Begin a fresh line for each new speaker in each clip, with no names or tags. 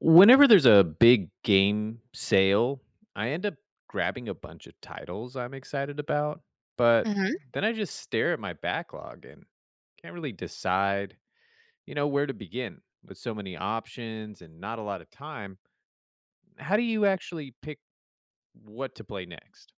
Whenever there's a big game sale, I end up grabbing a bunch of titles I'm excited about, but
Hmm.
then I just stare at my backlog and can't really decide, where to begin with so many options and not a lot of time. How do you actually pick what to play next?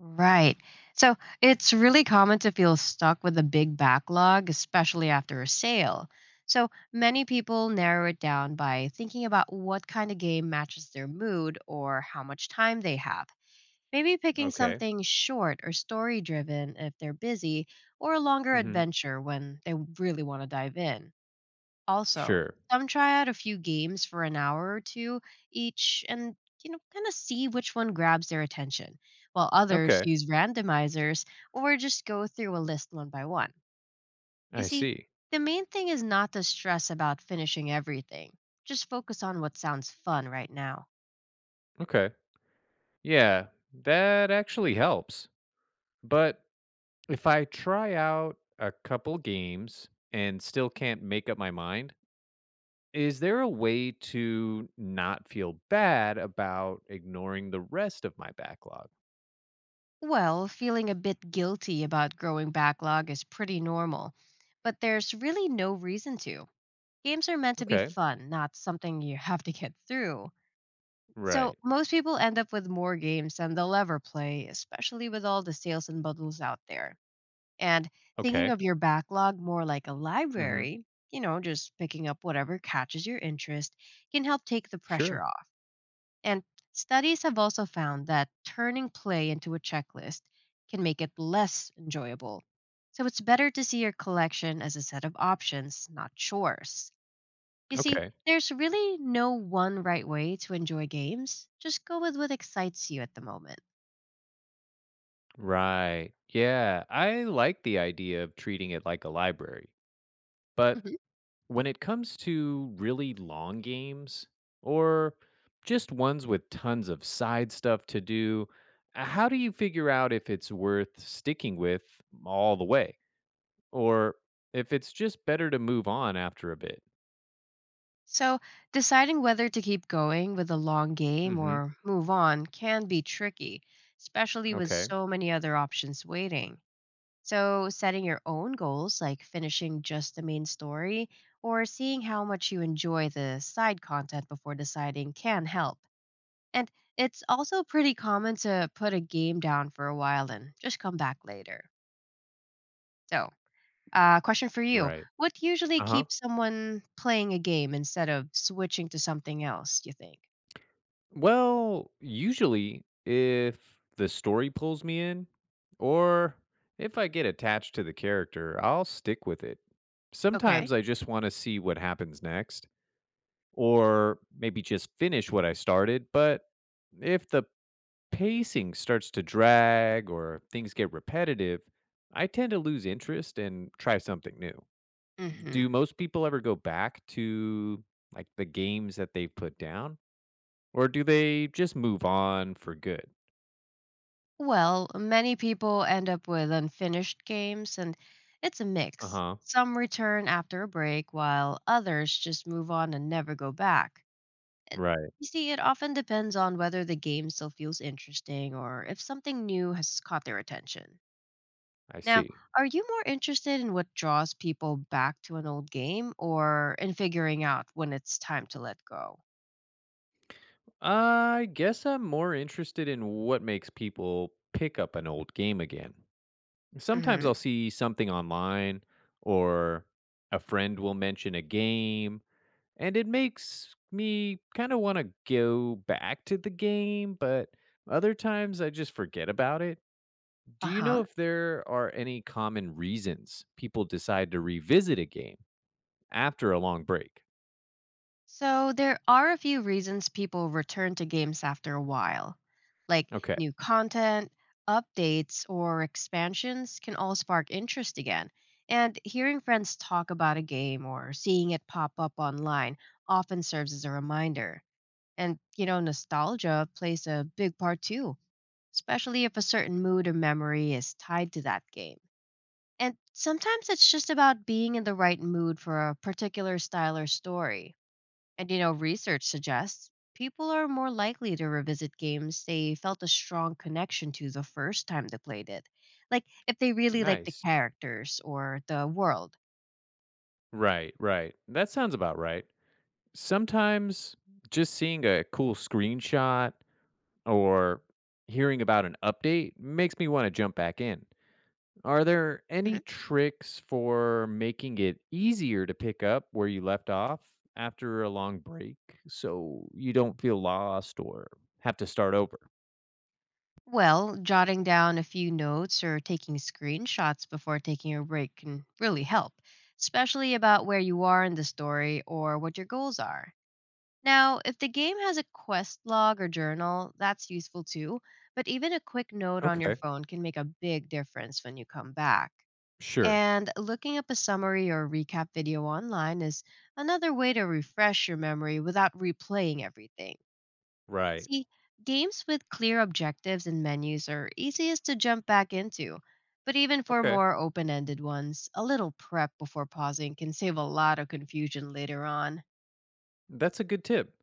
Right. So it's really common to feel stuck with a big backlog, especially after a sale. So many people narrow it down by thinking about what kind of game matches their mood or how much time they have. Maybe picking
Okay.
something short or story driven if they're busy, or a longer
Hmm.
adventure when they really want to dive in. Also,
Sure.
some try out a few games for an hour or two each and you know kind of see which one grabs their attention, while others
Okay.
use randomizers or just go through a list one by one. You
I
see,
see.
the main thing is not to stress about finishing everything. Just focus on what sounds fun right now.
Okay. Yeah, that actually helps. But If I try out a couple games and still can't make up my mind, is there a way to not feel bad about ignoring the rest of my backlog?
Well, feeling a bit guilty about growing backlog is pretty normal, but there's really no reason to. Games are meant to be
Okay.
fun, not something you have to get through. So
Right.
most people end up with more games than they'll ever play, especially with all the sales and bundles out there. And thinking
Okay.
of your backlog more like a
Hmm.
library, you know, just picking up whatever catches your interest can help take the pressure
Sure.
off. And studies have also found that turning play into a checklist can make it less enjoyable. So it's better to see your collection as a set of options, not chores. You see,
Okay.
there's really no one right way to enjoy games. Just go with what excites you at the moment.
Right. Yeah. I like the idea of treating it like a library, but
Mhm.
When it comes to really long games or just ones with tons of side stuff to do, how do you figure out if it's worth sticking with all the way or if it's just better to move on after a bit?
So, deciding whether to keep going with a long game
Mhm.
or move on can be tricky, especially with
Okay.
so many other options waiting. So, setting your own goals, like finishing just the main story or seeing how much you enjoy the side content before deciding, can help. And it's also pretty common to put a game down for a while and just come back later. So, question for you.
Right.
What usually
Uh-huh.
keeps someone playing a game instead of switching to something else, do you think?
Well, usually if the story pulls me in or if I get attached to the character, I'll stick with it.
Okay.
Sometimes I just want to see what happens next or maybe just finish what I started. But if the pacing starts to drag or things get repetitive, I tend to lose interest and try something new.
hmm
Do most people ever go back to like the games that they have put down or do they just move on for good?
Well, many people end up with unfinished games, and it's a mix.
Uh-huh.
Some return after a break, while others just move on and never go back. It,
Right.
you see, it often depends on whether the game still feels interesting or if something new has caught their attention.
I
Now,
see.
are you more interested in what draws people back to an old game or in figuring out when it's time to let go?
I guess I'm more interested in what makes people pick up an old game again. Sometimes
Hmm.
I'll see something online or a friend will mention a game, and it makes me kind of want to go back to the game, but other times I just forget about it.
Uh
Do you know
huh.
if there are any common reasons people decide to revisit a game after a long break?
So, there are a few reasons people return to games after a while, like
Okay,
new content, updates, or expansions can all spark interest again. And hearing friends talk about a game or seeing it pop up online often serves as a reminder. And, you know, nostalgia plays a big part too especially if a certain mood or memory is tied to that game. And sometimes it's just about being in the right mood for a particular style or story. And you know, research suggests people are more likely to revisit games they felt a strong connection to the first time they played it. Like if they really like the
nice.
characters or the world.
Right, right. That sounds about right. Sometimes just seeing a cool screenshot or hearing about an update makes me want to jump back in. Are there any tricks for making it easier to pick up where you left off after a long break so you don't feel lost or have to start over?
Well, jotting down a few notes or taking screenshots before taking a break can really help, especially about where you are in the story or what your goals are. Now, if the game has a quest log or journal, that's useful too, but even a quick note on your
Okay,
phone can make a big difference when you come back.
sure.
And looking up a summary or recap video online is another way to refresh your memory without replaying everything.
Right.
See, games with clear objectives and menus are easiest to jump back into, but even for
Okay.
more open ended ones, a little prep before pausing can save a lot of confusion later on.
That's a good tip.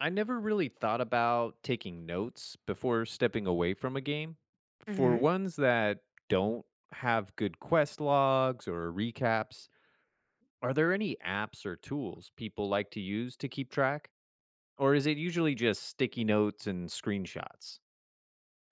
I never really thought about taking notes before stepping away from a game. For
Hmm.
ones that don't have good quest logs or recaps, Are there any apps or tools people like to use to keep track? Or is it usually just sticky notes and screenshots?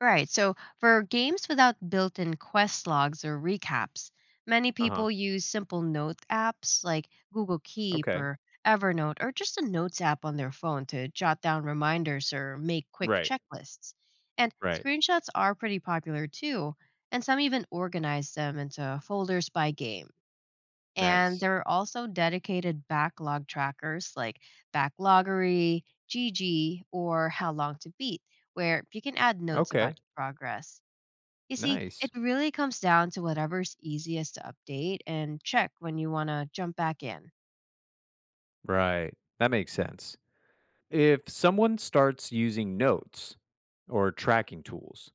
Right. So for games without built in quest logs or recaps, many
Uh huh.
people use simple note apps like Google Keep
Okay.
or Evernote or just a notes app on their phone to jot down reminders or make quick
Right.
checklists. And
Right.
screenshots are pretty popular too, and some even organize them into folders by game. And
Nice.
there are also dedicated backlog trackers like Backloggery, Gigi, or How Long to Beat, where you can add notes about
Okay.
your progress. You see,
Nice.
it really comes down to whatever's easiest to update and check when you want to jump back in.
Right. That makes sense. If someone starts using notes or tracking tools,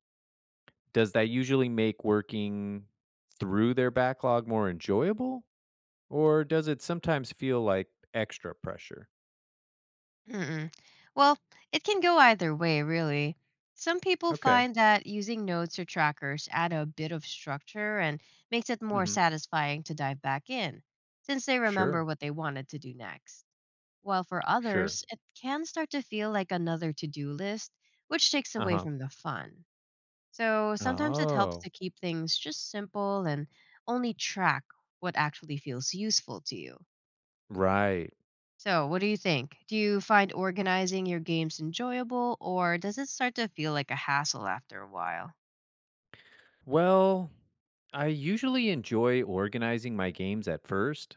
does that usually make working through their backlog more enjoyable? Or does it sometimes feel like extra pressure?
Mm-mm. Well, it can go either way, really. Some people
Okay.
find that using notes or trackers add a bit of structure and makes it
Mm
more
hmm.
satisfying to dive back in, since they remember
Sure.
what they wanted to do next. While for
Sure.
others, it can start to feel like another to do list, which takes
Uh
away
huh.
from the fun. So sometimes it helps
Oh,
to keep things just simple and only track what actually feels useful to you.
right.
So, what do you think? Do you find organizing your games enjoyable, or does it start to feel like a hassle after a while?
Well, I usually enjoy organizing my games at first,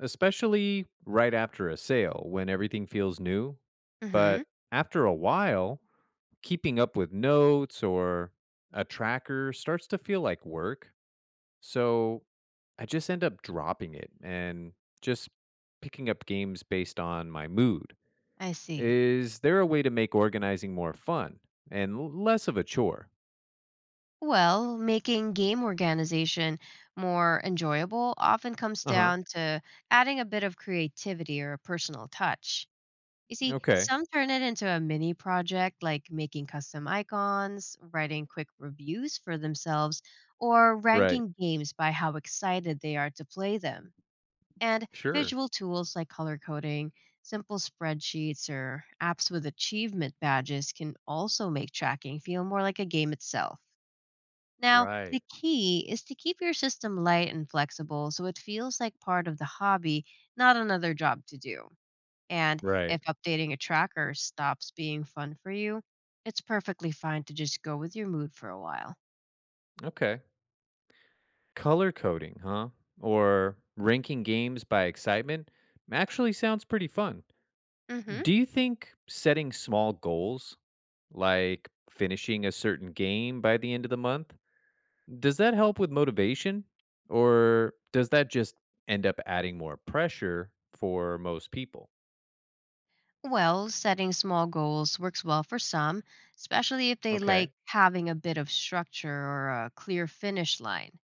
especially right after a sale when everything feels new.
Hmm.
But after a while, keeping up with notes or a tracker starts to feel like work. So I just end up dropping it and just picking up games based on my mood.
I see.
Is there a way to make organizing more fun and less of a chore?
Well, making game organization more enjoyable often comes
Uh huh.
down to adding a bit of creativity or a personal touch. You see,
Okay.
some turn it into a mini project like making custom icons, writing quick reviews for themselves, or
Right.
ranking games by how excited they are to play them. And
Sure.
visual tools like color coding, simple spreadsheets, or apps with achievement badges can also make tracking feel more like a game itself. Now, the
Right.
key is to keep your system light and flexible so it feels like part of the hobby, not another job to do. And
Right.
if updating a tracker stops being fun for you, it's perfectly fine to just go with your mood for a while.
Okay. Color coding, huh? Or ranking games by excitement actually sounds pretty fun.
Mm-hmm.
Do you think setting small goals, like finishing a certain game by the end of the month, does that help with motivation? Or does that just end up adding more pressure for most people?
Well, setting small goals works well for some, especially if they like
Okay.
having a bit of structure or a clear finish line.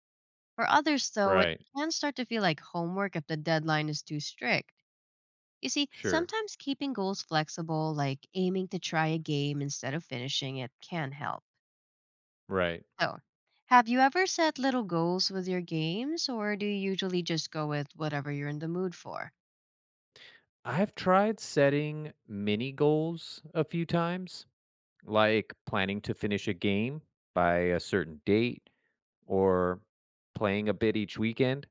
For others, though, it
Right.
can start to feel like homework if the deadline is too strict. You see,
Sure.
sometimes keeping goals flexible, like aiming to try a game instead of finishing it, can help.
Right.
So, have you ever set little goals with your games, or do you usually just go with whatever you're in the mood for?
I've tried setting mini goals a few times like planning to finish a game by a certain date or playing a bit each weekend.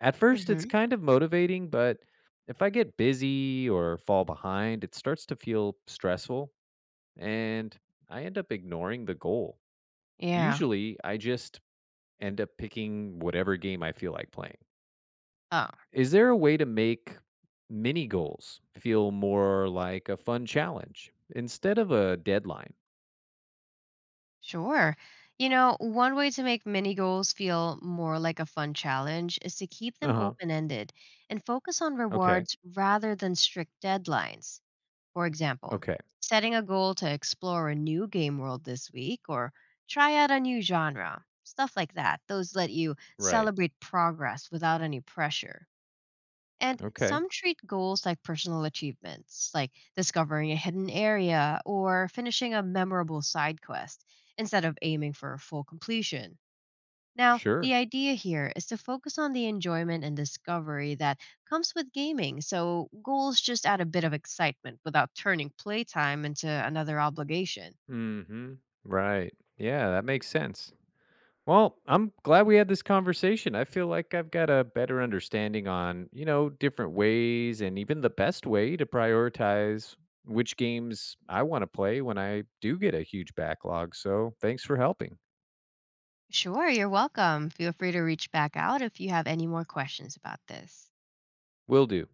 At first, it's
Hmm.
kind of motivating, but if I get busy or fall behind, it starts to feel stressful and I end up ignoring the goal.
Yeah.
Usually, I just end up picking whatever game I feel like playing.
Oh,
Is there a way to make mini goals feel more like a fun challenge instead of a deadline?
sure. You know, one way to make mini goals feel more like a fun challenge is to keep
Uh
them
huh.
open ended and focus on
Okay.
rewards rather than strict deadlines. For example,
Okay.
setting a goal to explore a new game world this week or try out a new genre, stuff like that. Those let you
Right.
celebrate progress without any pressure. And
Okay.
some treat goals like personal achievements, like discovering a hidden area or finishing a memorable side quest, instead of aiming for full completion. Now,
Sure.
the idea here is to focus on the enjoyment and discovery that comes with gaming, so goals just add a bit of excitement without turning playtime into another obligation.
Hmm. Right. Yeah, that makes sense. Well, I'm glad we had this conversation. I feel like I've got a better understanding on, different ways and even the best way to prioritize which games I want to play when I do get a huge backlog. So thanks for helping.
Sure, you're welcome. Feel free to reach back out if you have any more questions about this.
Will do.